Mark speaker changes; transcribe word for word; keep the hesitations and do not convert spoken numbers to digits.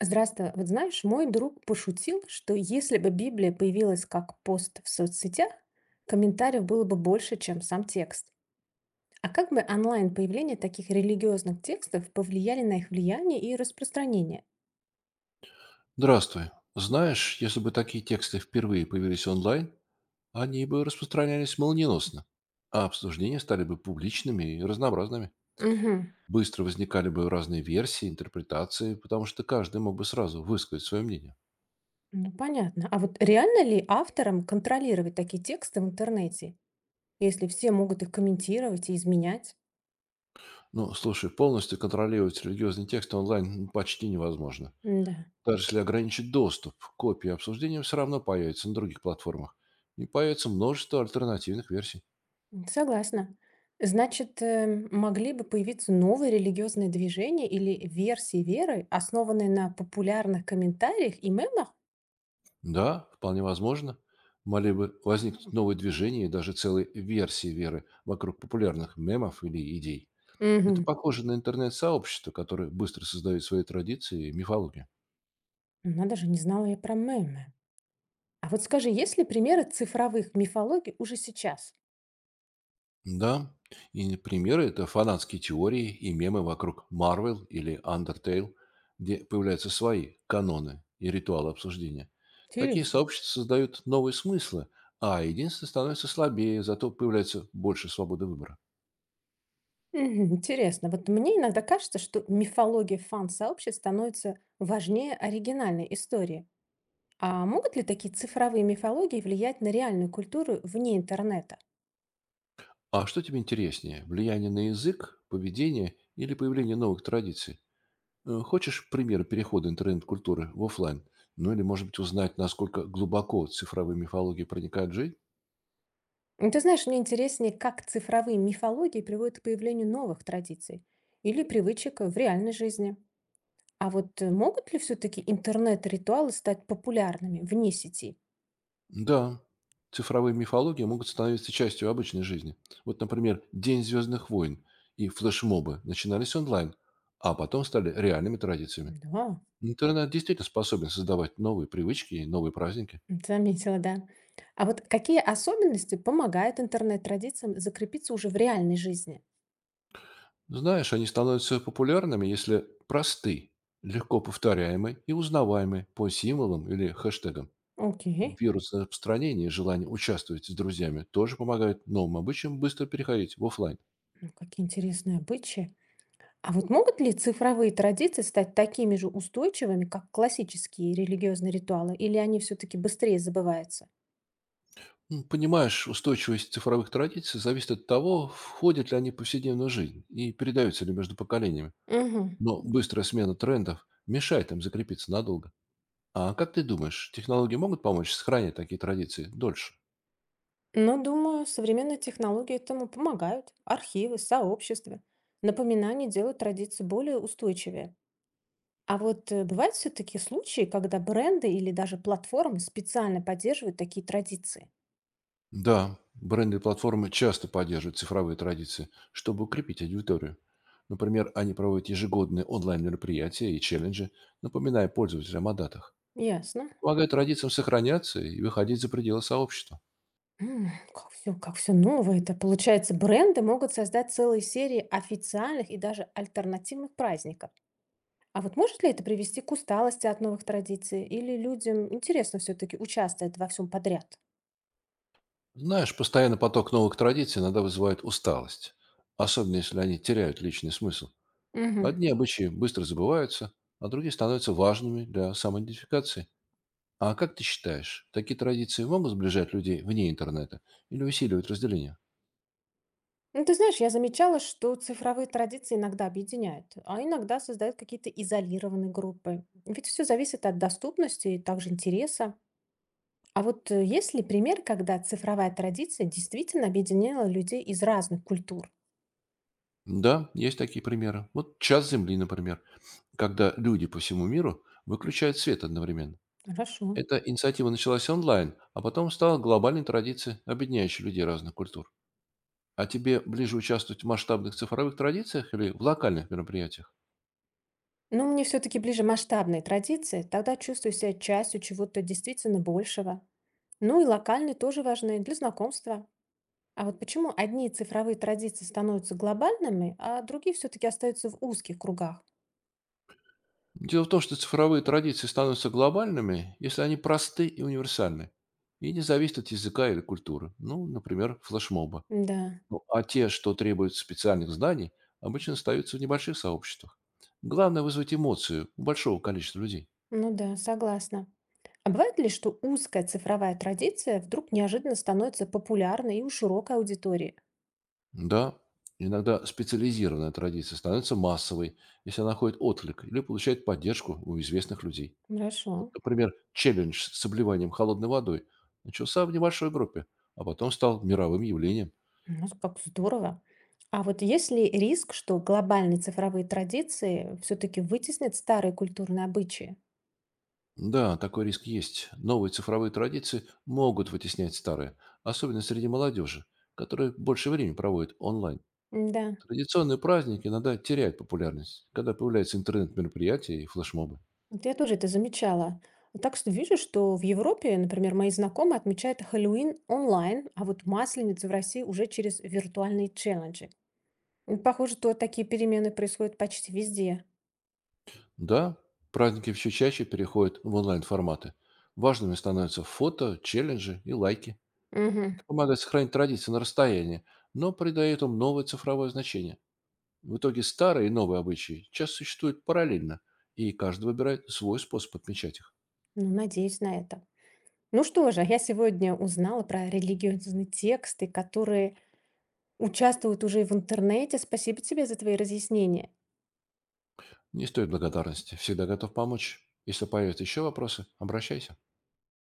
Speaker 1: Здравствуй. Вот знаешь, мой друг пошутил, что если бы Библия появилась как пост в соцсетях, комментариев было бы больше, чем сам текст. А как бы онлайн-появление таких религиозных текстов повлияли на их влияние и распространение?
Speaker 2: Здравствуй. Знаешь, если бы такие тексты впервые появились онлайн, они бы распространялись молниеносно, а обсуждения стали бы публичными и разнообразными.
Speaker 1: Угу.
Speaker 2: Быстро возникали бы разные версии, интерпретации, потому что каждый мог бы сразу высказать свое мнение.
Speaker 1: Ну, понятно. А вот реально ли авторам контролировать такие тексты в интернете, если все могут их комментировать и изменять?
Speaker 2: Ну, слушай, полностью контролировать религиозные тексты онлайн ну, почти невозможно.
Speaker 1: Да.
Speaker 2: Даже если ограничить доступ, копии обсуждения все равно появятся на других платформах. И появится множество альтернативных версий.
Speaker 1: М, Согласна. Значит, э, могли бы появиться новые религиозные движения или версии веры, основанные на популярных комментариях и мемах?
Speaker 2: Да, вполне возможно. Могли бы возникнуть новые движения и даже целые версии веры вокруг популярных мемов или идей. Это
Speaker 1: Мгм.
Speaker 2: похоже на интернет-сообщество, которое быстро создает свои традиции и мифологию.
Speaker 1: Надо же, не знала я про мемы. А вот скажи, есть ли примеры цифровых мифологий уже сейчас?
Speaker 2: Да, и примеры– это фанатские теории и мемы вокруг Marvel или Undertale, где появляются свои каноны и ритуалы обсуждения. Такие
Speaker 1: Интересно.
Speaker 2: сообщества создают новые смыслы, а единство становится слабее, зато появляется больше свободы выбора.
Speaker 1: Мгм, интересно. Вот мне иногда кажется, что мифология фан-сообществ становится важнее оригинальной истории. А могут ли такие цифровые мифологии влиять на реальную культуру вне интернета?
Speaker 2: А что тебе интереснее: влияние на язык, поведение или появление новых традиций? Э, Хочешь примеры перехода интернет-культуры в оффлайн? Ну или, может быть, узнать, насколько глубоко цифровые мифологии проникают в жизнь?
Speaker 1: Ну, ты знаешь, мне интереснее, как цифровые мифологии приводят к появлению новых традиций или привычек в реальной жизни. А вот э, могут ли все-таки интернет-ритуалы стать популярными вне сети?
Speaker 2: Да, цифровые мифологии могут становиться частью обычной жизни. Вот, например, День звездных войн и флешмобы начинались онлайн, а потом стали реальными традициями.
Speaker 1: Да,
Speaker 2: Интернет действительно способен создавать новые привычки и новые праздники.
Speaker 1: заметила, да. А вот какие особенности помогают интернет-традициям закрепиться уже в реальной жизни?
Speaker 2: Знаешь, они становятся популярными, если просты, легко повторяемы и узнаваемы по символам или хэштегам.
Speaker 1: Окей,
Speaker 2: Вирус распространения и желание участвовать с друзьями тоже помогают новым обычаям быстро переходить в офлайн.
Speaker 1: ну, какие интересные обычаи. А вот могут ли цифровые традиции стать такими же устойчивыми, как классические религиозные ритуалы, или они все-таки быстрее забываются?
Speaker 2: М, Понимаешь, устойчивость цифровых традиций зависит от того, входят ли они в повседневную жизнь и передаются ли между поколениями.
Speaker 1: Мгм.
Speaker 2: Но быстрая смена трендов мешает им закрепиться надолго. А как ты думаешь, технологии могут помочь сохранить такие традиции дольше?
Speaker 1: Но, думаю, современные технологии этому помогают. Архивы, сообщества. Напоминания делают традиции более устойчивее. А вот э, бывают все-таки случаи, когда бренды или даже платформы специально поддерживают такие традиции.
Speaker 2: Да, бренды и платформы часто поддерживают цифровые традиции, чтобы укрепить аудиторию. Например, они проводят ежегодные онлайн-мероприятия и челленджи, напоминая пользователям о датах.
Speaker 1: Ясно.
Speaker 2: Помогая традициям сохраняться и выходить за пределы сообщества.
Speaker 1: М, Как все, как все новое это. Получается, бренды могут создать целые серии официальных и даже альтернативных праздников. А вот может ли это привести к усталости от новых традиций? Или людям интересно все-таки участвовать во всем подряд?
Speaker 2: Знаешь, постоянный поток новых традиций иногда вызывает усталость, особенно если они теряют личный смысл.
Speaker 1: Мгм.
Speaker 2: Одни обычаи быстро забываются, а другие становятся важными для самоидентификации. А как ты считаешь, такие традиции могут сближать людей вне интернета или усиливать разделение?
Speaker 1: Ну, ты знаешь, я замечала, что цифровые традиции иногда объединяют, а иногда создают какие-то изолированные группы. Ведь все зависит от доступности и также интереса. А вот э, есть ли пример, когда цифровая традиция действительно объединяла людей из разных культур?
Speaker 2: Да, есть такие примеры. Вот час Земли, например, когда люди по всему миру выключают свет одновременно.
Speaker 1: Хорошо.
Speaker 2: Эта инициатива началась онлайн, а потом стала глобальной традицией, объединяющей людей разных культур. А тебе ближе участвовать в масштабных цифровых традициях или в локальных мероприятиях?
Speaker 1: Но мне все-таки ближе масштабные традиции, тогда чувствую себя частью чего-то действительно большего. Ну и локальные тоже важны для знакомства. А вот почему одни цифровые традиции становятся глобальными, а другие все-таки остаются в узких кругах?
Speaker 2: Дело в том, что цифровые традиции становятся глобальными, если они просты и универсальны, и не зависят от языка или культуры, ну, например, флешмоба.
Speaker 1: Да,
Speaker 2: Ну, а те, что требуют специальных знаний, обычно остаются в небольших сообществах. Главное — вызвать эмоцию у большого количества людей.
Speaker 1: ну да, согласна. А бывает ли, что узкая цифровая традиция вдруг неожиданно становится популярной и у широкой аудитории?
Speaker 2: Да, иногда специализированная традиция становится массовой, если она находит отклик или получает поддержку у известных людей.
Speaker 1: Хорошо.
Speaker 2: Вот, например, челлендж с обливанием холодной водой начался в небольшой группе, а потом стал мировым явлением.
Speaker 1: Ну, как здорово. А вот есть ли риск, что глобальные цифровые традиции все-таки вытеснят старые культурные обычаи?
Speaker 2: Да, такой риск есть. Новые цифровые традиции могут вытеснять старые, особенно среди молодежи, которые больше времени проводят онлайн.
Speaker 1: Да,
Speaker 2: Традиционные праздники иногда теряют популярность, когда появляются интернет-мероприятия и флешмобы.
Speaker 1: вот я тоже это замечала. Вот, так что вижу, что в Европе, например, мои знакомые отмечают Хэллоуин онлайн, а вот Масленицу в России уже через виртуальные челленджи. Ну, похоже, то такие перемены происходят почти везде.
Speaker 2: Да, праздники все чаще переходят в онлайн-форматы. Важными становятся фото, челленджи и лайки.
Speaker 1: Мгм.
Speaker 2: Это помогает сохранить традиции на расстоянии, но придает им новое цифровое значение. В итоге старые и новые обычаи часто существуют параллельно, и каждый выбирает свой способ отмечать их.
Speaker 1: Ну, надеюсь на это. Ну что же, я сегодня узнала про религиозные тексты, которые участвуют уже и в интернете. Спасибо тебе за твои разъяснения.
Speaker 2: Не стоит благодарности. Всегда готов помочь. Если появятся еще вопросы, обращайся.